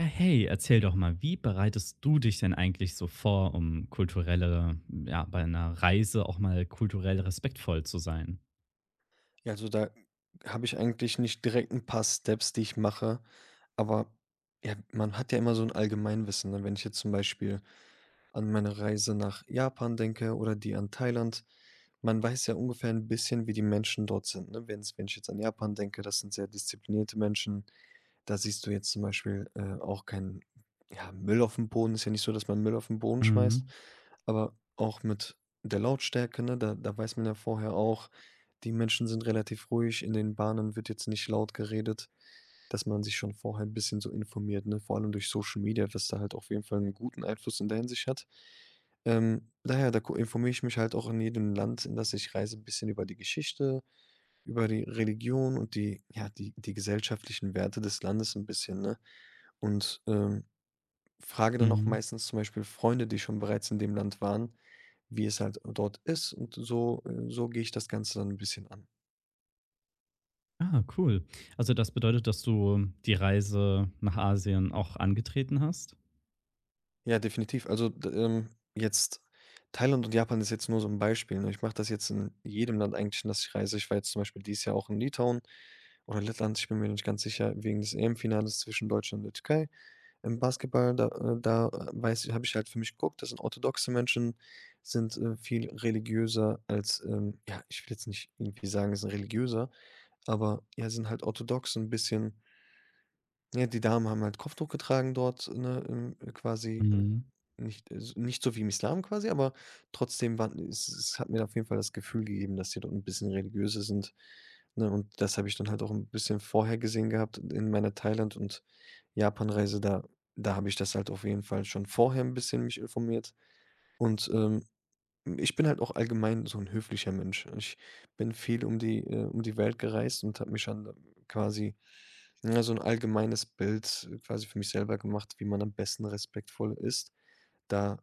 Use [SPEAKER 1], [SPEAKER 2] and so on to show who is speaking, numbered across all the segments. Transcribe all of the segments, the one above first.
[SPEAKER 1] Ja, hey, erzähl doch mal, wie bereitest du dich denn eigentlich so vor, um kulturelle ja, bei einer Reise auch mal kulturell respektvoll zu sein?
[SPEAKER 2] Ja, also da habe ich eigentlich nicht direkt ein paar Steps, die ich mache, aber ja, man hat ja immer so ein Allgemeinwissen, ne? Wenn ich jetzt zum Beispiel an meine Reise nach Japan denke oder die an Thailand, man weiß ja ungefähr ein bisschen, wie die Menschen dort sind, ne? Wenn ich jetzt an Japan denke, das sind sehr disziplinierte Menschen. Da siehst du jetzt zum Beispiel, auch kein ja, Müll auf dem Boden. Ist ja nicht so, dass man Müll auf 'n Boden schmeißt,
[SPEAKER 1] Mhm,
[SPEAKER 2] aber auch mit der Lautstärke, ne? Da weiß man ja vorher auch, die Menschen sind relativ ruhig, in den Bahnen wird jetzt nicht laut geredet, dass man sich schon vorher ein bisschen so informiert, ne? Vor allem durch Social Media, was da halt auf jeden Fall einen guten Einfluss in der Hinsicht hat. Daher, da gu informiere ich mich halt auch in jedem Land, in das ich reise, ein bisschen über die Geschichte, über die Religion und die ja, die gesellschaftlichen Werte des Landes ein bisschen, ne? Und, frage dann auch
[SPEAKER 1] mhm.
[SPEAKER 2] meistens zum Beispiel Freunde, die schon bereits in dem Land waren, wie es halt dort ist und so so gehe ich das Ganze dann ein bisschen an.
[SPEAKER 1] Ah, cool. Also, das bedeutet, dass du die Reise nach Asien auch angetreten hast?
[SPEAKER 2] Ja, definitiv. Also, d jetzt Thailand und Japan ist jetzt nur so ein Beispiel, ne? Ich mache das jetzt in jedem Land eigentlich, in das ich reise. Ich war jetzt zum Beispiel dieses Jahr auch in Litauen oder Lettland, ich bin mir nicht ganz sicher, wegen des EM-Finales zwischen Deutschland und der Türkei. Im Basketball, da da, weiß ich habe ich halt für mich geguckt, das sind orthodoxe Menschen, sind, viel religiöser als, ja, ich will jetzt nicht irgendwie sagen, sind religiöser, aber, ja, sind halt orthodox so ein bisschen ja, die Damen haben halt Kopftuch getragen dort, ne, quasi,
[SPEAKER 1] Mhm,
[SPEAKER 2] nicht s nicht so wie im Islam quasi, aber trotzdem war es hat mir auf jeden Fall das Gefühl gegeben, dass die dort ein bisschen religiöser sind, ne? Und das habe ich dann halt auch ein bisschen vorher gesehen gehabt in meiner Thailand- und Japan-Reise. Da habe ich das halt auf jeden Fall schon vorher ein bisschen mich informiert und, ich bin halt auch allgemein so 'n höflicher Mensch. Ich bin viel um die Welt gereist und habe mich dann quasi, na, so 'n allgemeines Bild quasi für mich selber gemacht, wie man am besten respektvoll ist. Da,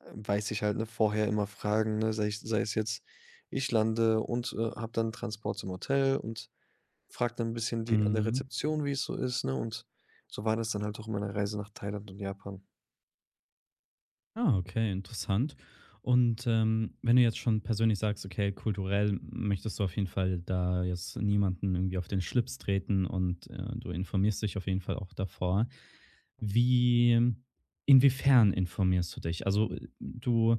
[SPEAKER 2] weiß ich halt, ne, vorher immer fragen, ne, sei es jetzt, ich lande und, habe dann Transport zum Hotel und frage dann 'n bisschen die an der
[SPEAKER 1] mhm.
[SPEAKER 2] Rezeption, wie es so ist, ne? Und so war das dann halt auch in meiner Reise nach Thailand und Japan.
[SPEAKER 1] Ah, okay, interessant. Und, wenn du jetzt schon persönlich sagst: „Okay, kulturell möchtest du auf jeden Fall da jetzt niemanden irgendwie auf den Schlips treten und, du informierst dich auf jeden Fall auch davor.“ Wie Inwiefern informierst du dich? Also, du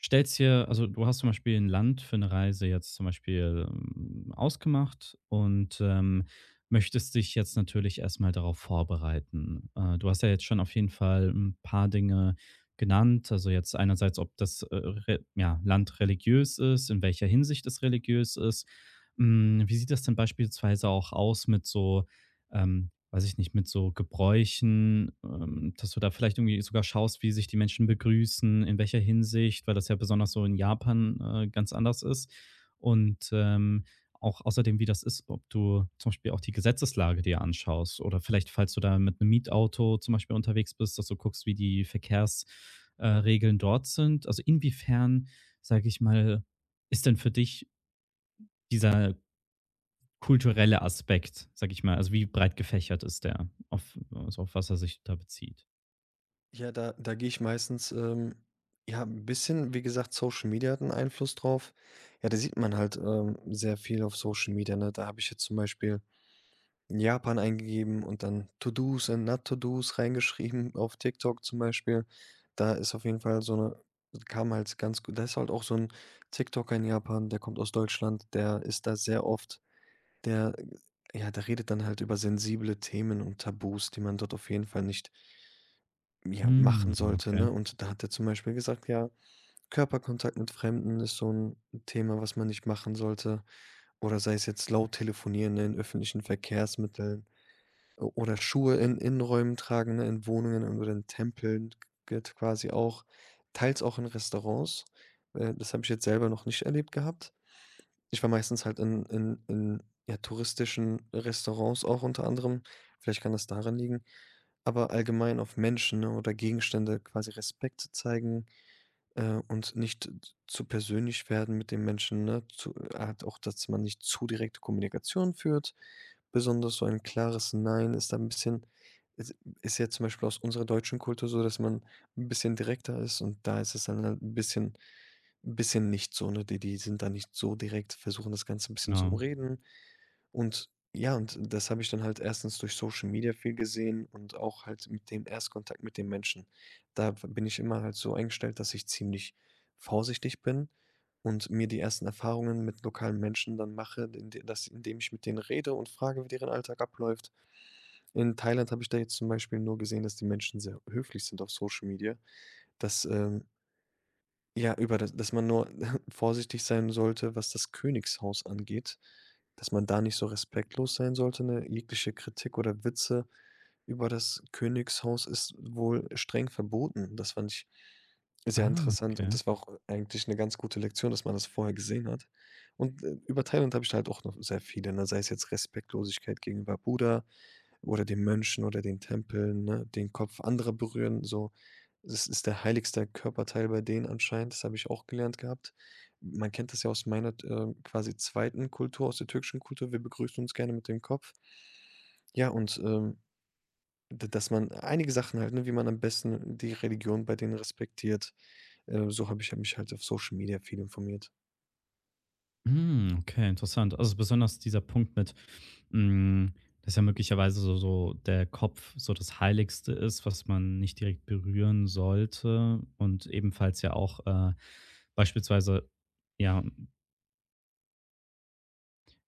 [SPEAKER 1] Stellst dir also, du hast zum Beispiel ein Land für eine Reise jetzt zum Beispiel, ausgemacht und, möchtest dich jetzt natürlich erstmal darauf vorbereiten. Du hast ja jetzt schon auf jeden Fall ein paar Dinge genannt, also, jetzt einerseits, ob das, re ja, Land religiös ist, in welcher Hinsicht es religiös ist. Hm, wie sieht das denn beispielsweise auch aus mit so weiß ich nicht, mit so Gebräuchen, dass du da vielleicht irgendwie sogar schaust, wie sich die Menschen begrüßen, in welcher Hinsicht, weil das ja besonders so in Japan ganz anders ist. Und auch außerdem, wie das ist, ob du zum Beispiel auch die Gesetzeslage dir anschaust oder vielleicht, falls du da mit einem Mietauto zum Beispiel unterwegs bist, dass du guckst, wie die Verkehrsregeln Regeln dort sind. Also inwiefern, sage ich mal, ist denn für dich dieser kulturelle Aspekt, sage ich mal. Also wie breit gefächert ist der, auf, also auf was er sich da bezieht?
[SPEAKER 2] Ja, da gehe ich meistens, ja, ein bisschen, wie gesagt, Social Media hat 'n Einfluss drauf. Ja, da sieht man halt, sehr viel auf Social Media, ne? Da habe ich jetzt zum Beispiel Japan eingegeben und dann To-dos and not to-dos reingeschrieben auf TikTok zum Beispiel. Da ist auf jeden Fall so eine kam halt ganz gut da ist halt auch so ein TikToker in Japan, der kommt aus Deutschland, der ist da sehr oft der ja, der redet dann halt über sensible Themen und Tabus, die man dort auf jeden Fall nicht ja, machen
[SPEAKER 1] Mhm,
[SPEAKER 2] sollte, ne?
[SPEAKER 1] okay,
[SPEAKER 2] Und da hat er zum Beispiel gesagt, ja, Körperkontakt mit Fremden ist so ein Thema, was man nicht machen sollte. Oder sei es jetzt laut telefonieren, ne, in öffentlichen Verkehrsmitteln o oder Schuhe in Innenräumen tragen, ne, in Wohnungen oder in Tempeln g gilt quasi auch, teils auch in Restaurants. Das habe ich jetzt selber noch nicht erlebt gehabt. Ich war meistens halt in, ja, touristischen Restaurants auch unter anderem. Vielleicht kann das daran liegen. Aber allgemein auf Menschen, ne, oder Gegenstände quasi Respekt zu zeigen, und nicht zu persönlich werden mit den Menschen, ne? Zu halt auch, dass man nicht zu direkte Kommunikation führt. Besonders so ein klares Nein ist da ein bisschen ist ist ja zum Beispiel aus unserer deutschen Kultur so, dass man ein bisschen direkter ist und da ist es dann halt 'n bisschen nicht so, ne? Die sind da nicht so direkt, versuchen das Ganze ein bisschen zu
[SPEAKER 1] genau.
[SPEAKER 2] umreden. Und ja, und das habe ich dann halt erstens durch Social Media viel gesehen und auch halt mit dem Erstkontakt mit den Menschen. Da bin ich immer halt so eingestellt, dass ich ziemlich vorsichtig bin und mir die ersten Erfahrungen mit lokalen Menschen dann mache, indem ich mit denen rede und frage, wie deren Alltag abläuft. In Thailand habe ich da jetzt zum Beispiel nur gesehen, dass die Menschen sehr höflich sind auf Social Media, dass, ja, über das dass man nur vorsichtig sein sollte, was das Königshaus angeht, dass man da nicht so respektlos sein sollte, ne? Jegliche Kritik oder Witze über das Königshaus ist wohl streng verboten. Das fand ich sehr
[SPEAKER 1] Ah,
[SPEAKER 2] interessant und
[SPEAKER 1] okay.
[SPEAKER 2] das war auch eigentlich eine ganz gute Lektion, dass man das vorher gesehen hat. Und, über Thailand habe ich halt auch noch sehr viele, ne? Sei es jetzt Respektlosigkeit gegenüber Buddha oder den Mönchen oder den Tempeln, ne? Den Kopf anderer berühren, so. Das ist der heiligste Körperteil bei denen anscheinend, das habe ich auch gelernt gehabt. Man kennt das ja aus meiner, quasi zweiten Kultur, aus der türkischen Kultur. Wir begrüßen uns gerne mit dem Kopf. Ja, und, D dass man einige Sachen halt, ne, wie man am besten die Religion bei denen respektiert. So habe ich halt mich halt auf Social Media viel informiert.
[SPEAKER 1] Hm, okay, interessant. Also besonders dieser Punkt mit, hm, dass ja möglicherweise so der Kopf so das Heiligste ist, was man nicht direkt berühren sollte und ebenfalls ja auch, beispielsweise, ja,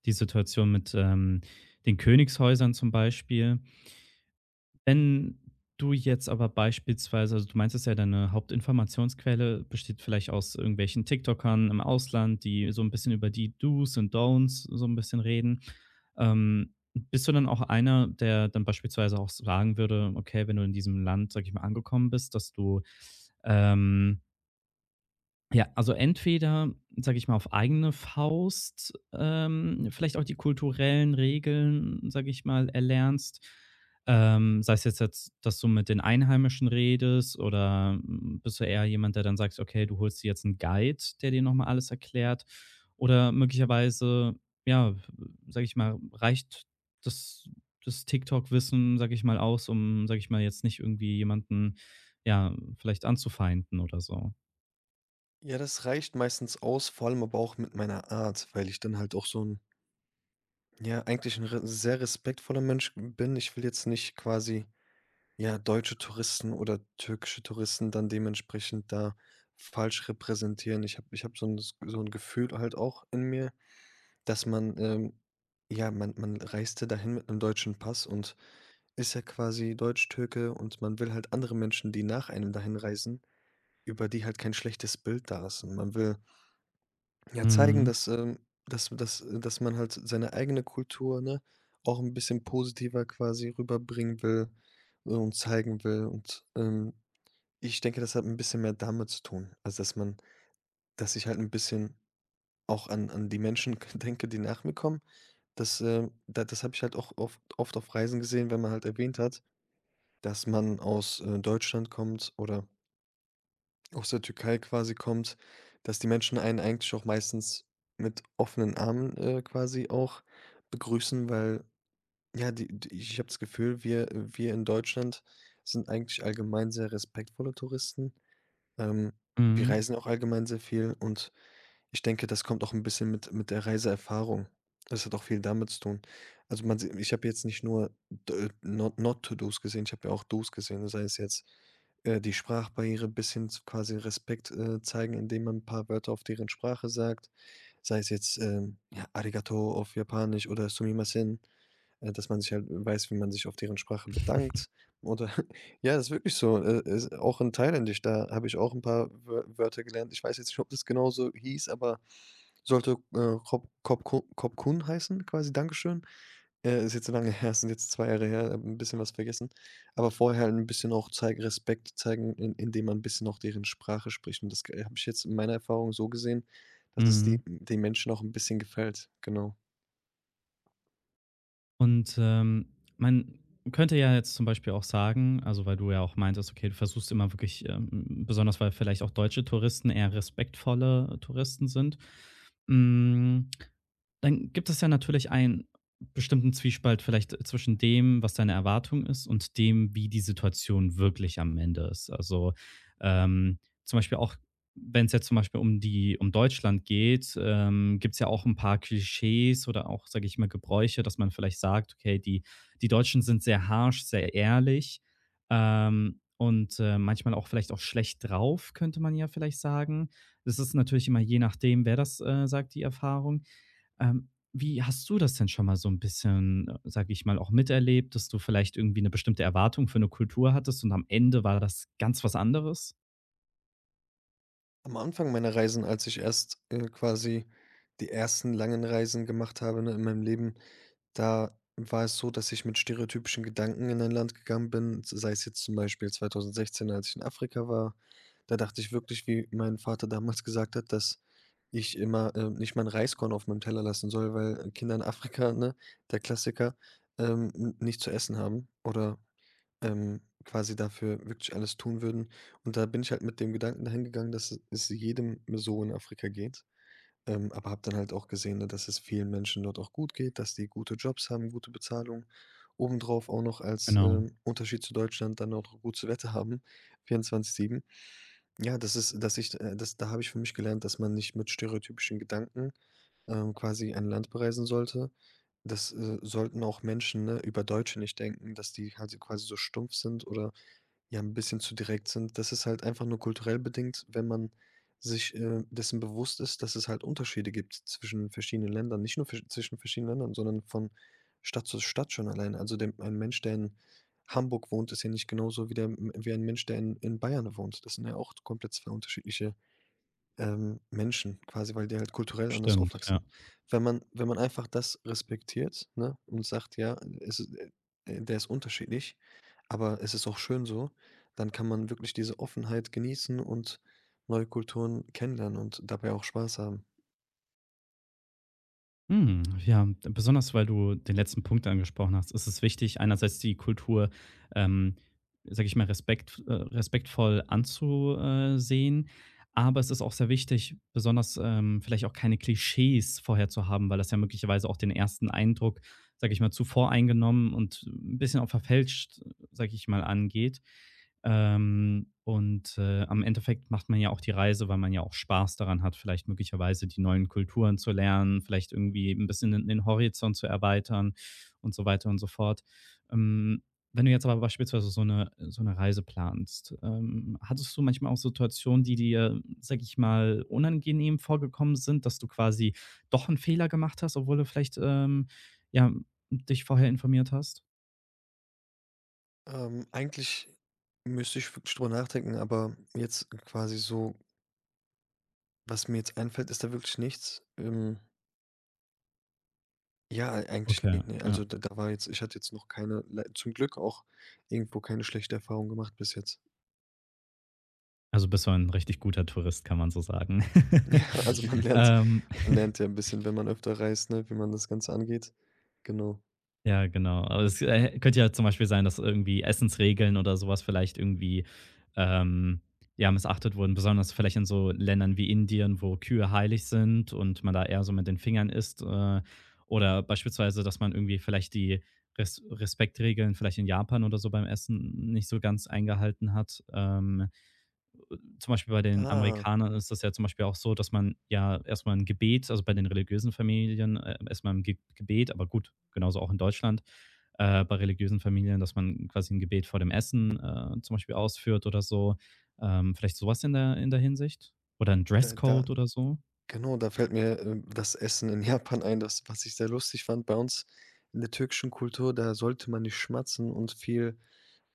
[SPEAKER 1] die Situation mit, den Königshäusern zum Beispiel. Wenn du jetzt aber beispielsweise also, du meintest ja, deine Hauptinformationsquelle besteht vielleicht aus irgendwelchen TikTokern im Ausland, die so ein bisschen über die Do's und Don'ts so ein bisschen reden. Bist du dann auch einer, der dann beispielsweise auch sagen würde, okay, wenn du in diesem Land, sage ich mal, angekommen bist, dass du, ähm ja, also entweder, sage ich mal, auf eigene Faust, vielleicht auch die kulturellen Regeln, sage ich mal, erlernst. Sei es jetzt, dass du mit den Einheimischen redest oder mm, bist du eher jemand, der dann sagt, okay, du holst dir jetzt einen Guide, der dir nochmal alles erklärt. Oder möglicherweise, ja, sage ich mal, reicht das, das TikTok-Wissen, sage ich mal, aus, um, sage ich mal, jetzt nicht irgendwie jemanden, ja, vielleicht anzufeinden oder so.
[SPEAKER 2] Ja, das reicht meistens aus, vor allem aber auch mit meiner Art, weil ich dann halt auch so ein ja, eigentlich ein re sehr respektvoller Mensch bin. Ich will jetzt nicht quasi ja, deutsche Touristen oder türkische Touristen dann dementsprechend da falsch repräsentieren. Ich habe so 'n s so 'n Gefühl halt auch in mir, dass man, ja, man reiste dahin mit 'nem deutschen Pass und ist ja quasi Deutschtürke und man will halt andere Menschen, die nach einem dahin reisen, über die halt kein schlechtes Bild da ist. Und man will ja zeigen, dass, dass man halt seine eigene Kultur, ne, auch 'n bisschen positiver quasi rüberbringen will und zeigen will und, ich denke, das hat ein bisschen mehr damit zu tun. Also, dass ich halt ein bisschen auch an die Menschen denke, die nach mir kommen. Das habe ich halt auch oft auf Reisen gesehen, wenn man halt erwähnt hat, dass man aus, Deutschland kommt oder aus der Türkei quasi kommt, dass die Menschen einen eigentlich auch meistens mit offenen Armen, quasi auch begrüßen, weil, ja, die d ich habe das Gefühl, wir in Deutschland sind eigentlich allgemein sehr respektvolle Touristen. Ähm, Wir
[SPEAKER 1] Mhm,
[SPEAKER 2] reisen auch allgemein sehr viel und ich denke, das kommt auch ein bisschen mit der Reiseerfahrung. Das hat auch viel damit zu tun. Also, man se ich habe jetzt nicht nur d Not Not-to-dos gesehen, ich habe ja auch Dos gesehen, sei es jetzt, die Sprachbarriere bis hin zu quasi Respekt, zeigen, indem man ein paar Wörter auf deren Sprache sagt, sei es jetzt, ja, Arigato auf Japanisch oder Sumimasen. Dass man sich halt weiß, wie man sich auf deren Sprache bedankt oder ja, das ist wirklich so. Ist auch in Thailändisch, da habe ich auch ein paar Wörter gelernt. Ich weiß jetzt nicht, ob das genauso hieß, aber sollte, Kop Kun heißen quasi, Dankeschön. Ist jetzt so lange her, sind jetzt 2 Jahre her, habe 'n bisschen was vergessen. Aber vorher halt 'n bisschen auch zeigen Respekt zeigen, in indem man ein bisschen auch deren Sprache spricht und das habe ich jetzt in meiner Erfahrung so gesehen, dass es die
[SPEAKER 1] mhm.
[SPEAKER 2] den Menschen auch ein bisschen gefällt, genau.
[SPEAKER 1] Und, man könnte ja jetzt zum Beispiel auch sagen also, weil du ja auch meintest, okay, du versuchst immer wirklich, besonders weil vielleicht auch deutsche Touristen eher respektvolle Touristen sind, hm, dann gibt es ja natürlich einen bestimmten Zwiespalt vielleicht zwischen dem, was deine Erwartung ist und dem, wie die Situation wirklich am Ende ist. Also, zum Beispiel auch, wenn es jetzt zum Beispiel um die um Deutschland geht, gibt es ja auch ein paar Klischees oder auch, sage ich mal, Gebräuche, dass man vielleicht sagt: „Okay, die Deutschen sind sehr harsch, sehr ehrlich, und, manchmal auch vielleicht auch schlecht drauf“, könnte man ja vielleicht sagen. Das ist natürlich immer je nachdem, wer das, sagt, die Erfahrung. Wie hast du das denn schon mal so ein bisschen, sage ich mal, auch miterlebt, dass du vielleicht irgendwie eine bestimmte Erwartung für eine Kultur hattest und am Ende war das ganz was anderes?
[SPEAKER 2] Am Anfang meiner Reisen, als ich erst, quasi die ersten langen Reisen gemacht habe, ne, in meinem Leben, da war es so, dass ich mit stereotypischen Gedanken in ein Land gegangen bin, sei es jetzt zum Beispiel 2016, als ich in Afrika war. Da dachte ich wirklich, wie mein Vater damals gesagt hat, dass ich immer, nicht mal 'n Reiskorn auf meinem Teller lassen soll, weil Kinder in Afrika, ne, der Klassiker, n nicht zu essen haben oder quasi dafür wirklich alles tun würden. Und da bin ich halt mit dem Gedanken dahin gegangen, dass es jedem so in Afrika geht. Aber habe dann halt auch gesehen, ne, dass es vielen Menschen dort auch gut geht, dass die gute Jobs haben, gute Bezahlung. Obendrauf auch noch als,
[SPEAKER 1] Genau,
[SPEAKER 2] Unterschied zu Deutschland dann auch gutes Wetter haben, 24/7. Ja, das ist dass ich das da habe ich für mich gelernt, dass man nicht mit stereotypischen Gedanken, quasi ein Land bereisen sollte. Das, sollten auch Menschen, ne, über Deutsche nicht denken, dass die halt quasi so stumpf sind oder ja ein bisschen zu direkt sind. Das ist halt einfach nur kulturell bedingt, wenn man sich, dessen bewusst ist, dass es halt Unterschiede gibt zwischen verschiedenen Ländern. Nicht nur versch zwischen verschiedenen Ländern, sondern von Stadt zu Stadt schon allein. Also, der ein Mensch, der in Hamburg wohnt, ist ja nicht genauso wie der wie ein Mensch, der in Bayern wohnt. Das sind ja auch komplett 2 unterschiedliche Menschen quasi, weil die halt kulturell anders
[SPEAKER 1] stimmt, ja.
[SPEAKER 2] aufwachsen. Wenn man einfach das respektiert, ne, und sagt: „Ja, es ist der ist unterschiedlich, aber es ist auch schön so“, dann kann man wirklich diese Offenheit genießen und neue Kulturen kennenlernen und dabei auch Spaß haben.
[SPEAKER 1] Hm, ja, besonders weil du den letzten Punkt angesprochen hast, ist es wichtig, einerseits die Kultur, ähm, sage ich mal, respektvoll anzusehen. Aber es ist auch sehr wichtig, besonders vielleicht auch keine Klischees vorher zu haben, weil das ja möglicherweise auch den ersten Eindruck, sage ich mal, zuvor eingenommen und ein bisschen auch verfälscht, sage ich mal, angeht. Und, am Endeffekt macht man ja auch die Reise, weil man ja auch Spaß daran hat, vielleicht möglicherweise die neuen Kulturen zu lernen, vielleicht irgendwie ein bisschen den Horizont zu erweitern und so weiter und so fort. Ähm, Wenn du jetzt aber beispielsweise so eine Reise planst, hattest du manchmal auch Situationen, die dir, sage ich mal, unangenehm vorgekommen sind, dass du quasi doch einen Fehler gemacht hast, obwohl du vielleicht, ja, dich vorher informiert hast?
[SPEAKER 2] Eigentlich müsste ich wirklich drüber nachdenken, aber jetzt quasi so was mir jetzt einfällt, ist da wirklich nichts. Ja, ei eigentlich
[SPEAKER 1] Okay,
[SPEAKER 2] nicht, ne.
[SPEAKER 1] ja.
[SPEAKER 2] Also, da da war jetzt ich hatte jetzt noch keine le zum Glück auch irgendwo keine schlechte Erfahrung gemacht bis jetzt.
[SPEAKER 1] Also, bist du ein richtig guter Tourist, kann man so sagen.
[SPEAKER 2] Ja, also
[SPEAKER 1] Ähm,
[SPEAKER 2] man lernt ja ein bisschen, wenn man öfter reist, ne, wie man das Ganze angeht. Genau.
[SPEAKER 1] ja, genau. Aber es, könnte ja zum Beispiel sein, dass irgendwie Essensregeln oder sowas vielleicht irgendwie, ähm, ja, missachtet wurden, besonders vielleicht in so Ländern wie Indien, wo Kühe heilig sind und man da eher so mit den Fingern isst, oder beispielsweise, dass man irgendwie vielleicht die Respektregeln vielleicht in Japan oder so beim Essen nicht so ganz eingehalten hat. Zum Beispiel bei den
[SPEAKER 2] Ah,
[SPEAKER 1] Amerikanern ist das ja zum Beispiel auch so, dass man ja erst mal 'n Gebet also, bei den religiösen Familien, erst mal 'n Ge Gebet aber gut, genauso auch in Deutschland, bei religiösen Familien, dass man quasi ein Gebet vor dem Essen, zum Beispiel ausführt oder so. Vielleicht so was in der Hinsicht? Oder ein
[SPEAKER 2] da da
[SPEAKER 1] Dresscode oder so?
[SPEAKER 2] genau, da fällt mir, das Essen in Japan ein, das was ich sehr lustig fand bei uns in der türkischen Kultur, da sollte man nicht schmatzen und viel,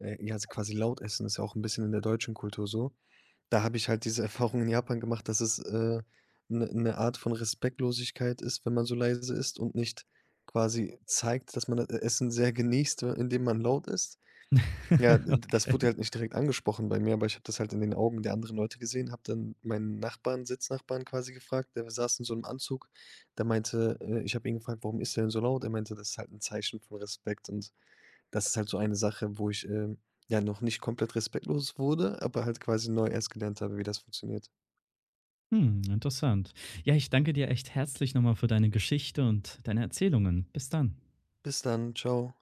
[SPEAKER 2] ja, also quasi laut essen, ist ja auch ein bisschen in der deutschen Kultur so. Da habe ich halt diese Erfahrung in Japan gemacht, dass es, 'ne Art von Respektlosigkeit ist, wenn man so leise isst und nicht quasi zeigt, dass man das E Essen sehr genießt, indem man laut isst. Ja, d das
[SPEAKER 1] Okay.
[SPEAKER 2] wurde halt nicht direkt angesprochen bei mir, aber ich habe das halt in den Augen der anderen Leute gesehen, habe dann meinen Nachbarn Sitznachbarn quasi gefragt, der saß in so einem Anzug. Der meinte ich habe ihn gefragt: „Warum isst du denn so laut?“ Er meinte: „Das ist halt ein Zeichen von Respekt.“ Und das ist halt so eine Sache, wo ich, ja, noch nicht komplett respektlos wurde, aber halt quasi neu erst gelernt habe, wie das funktioniert.
[SPEAKER 1] Hm, interessant. Ja, ich danke dir echt herzlich nochmal für deine Geschichte und deine Erzählungen. Bis dann.
[SPEAKER 2] Bis dann, ciao.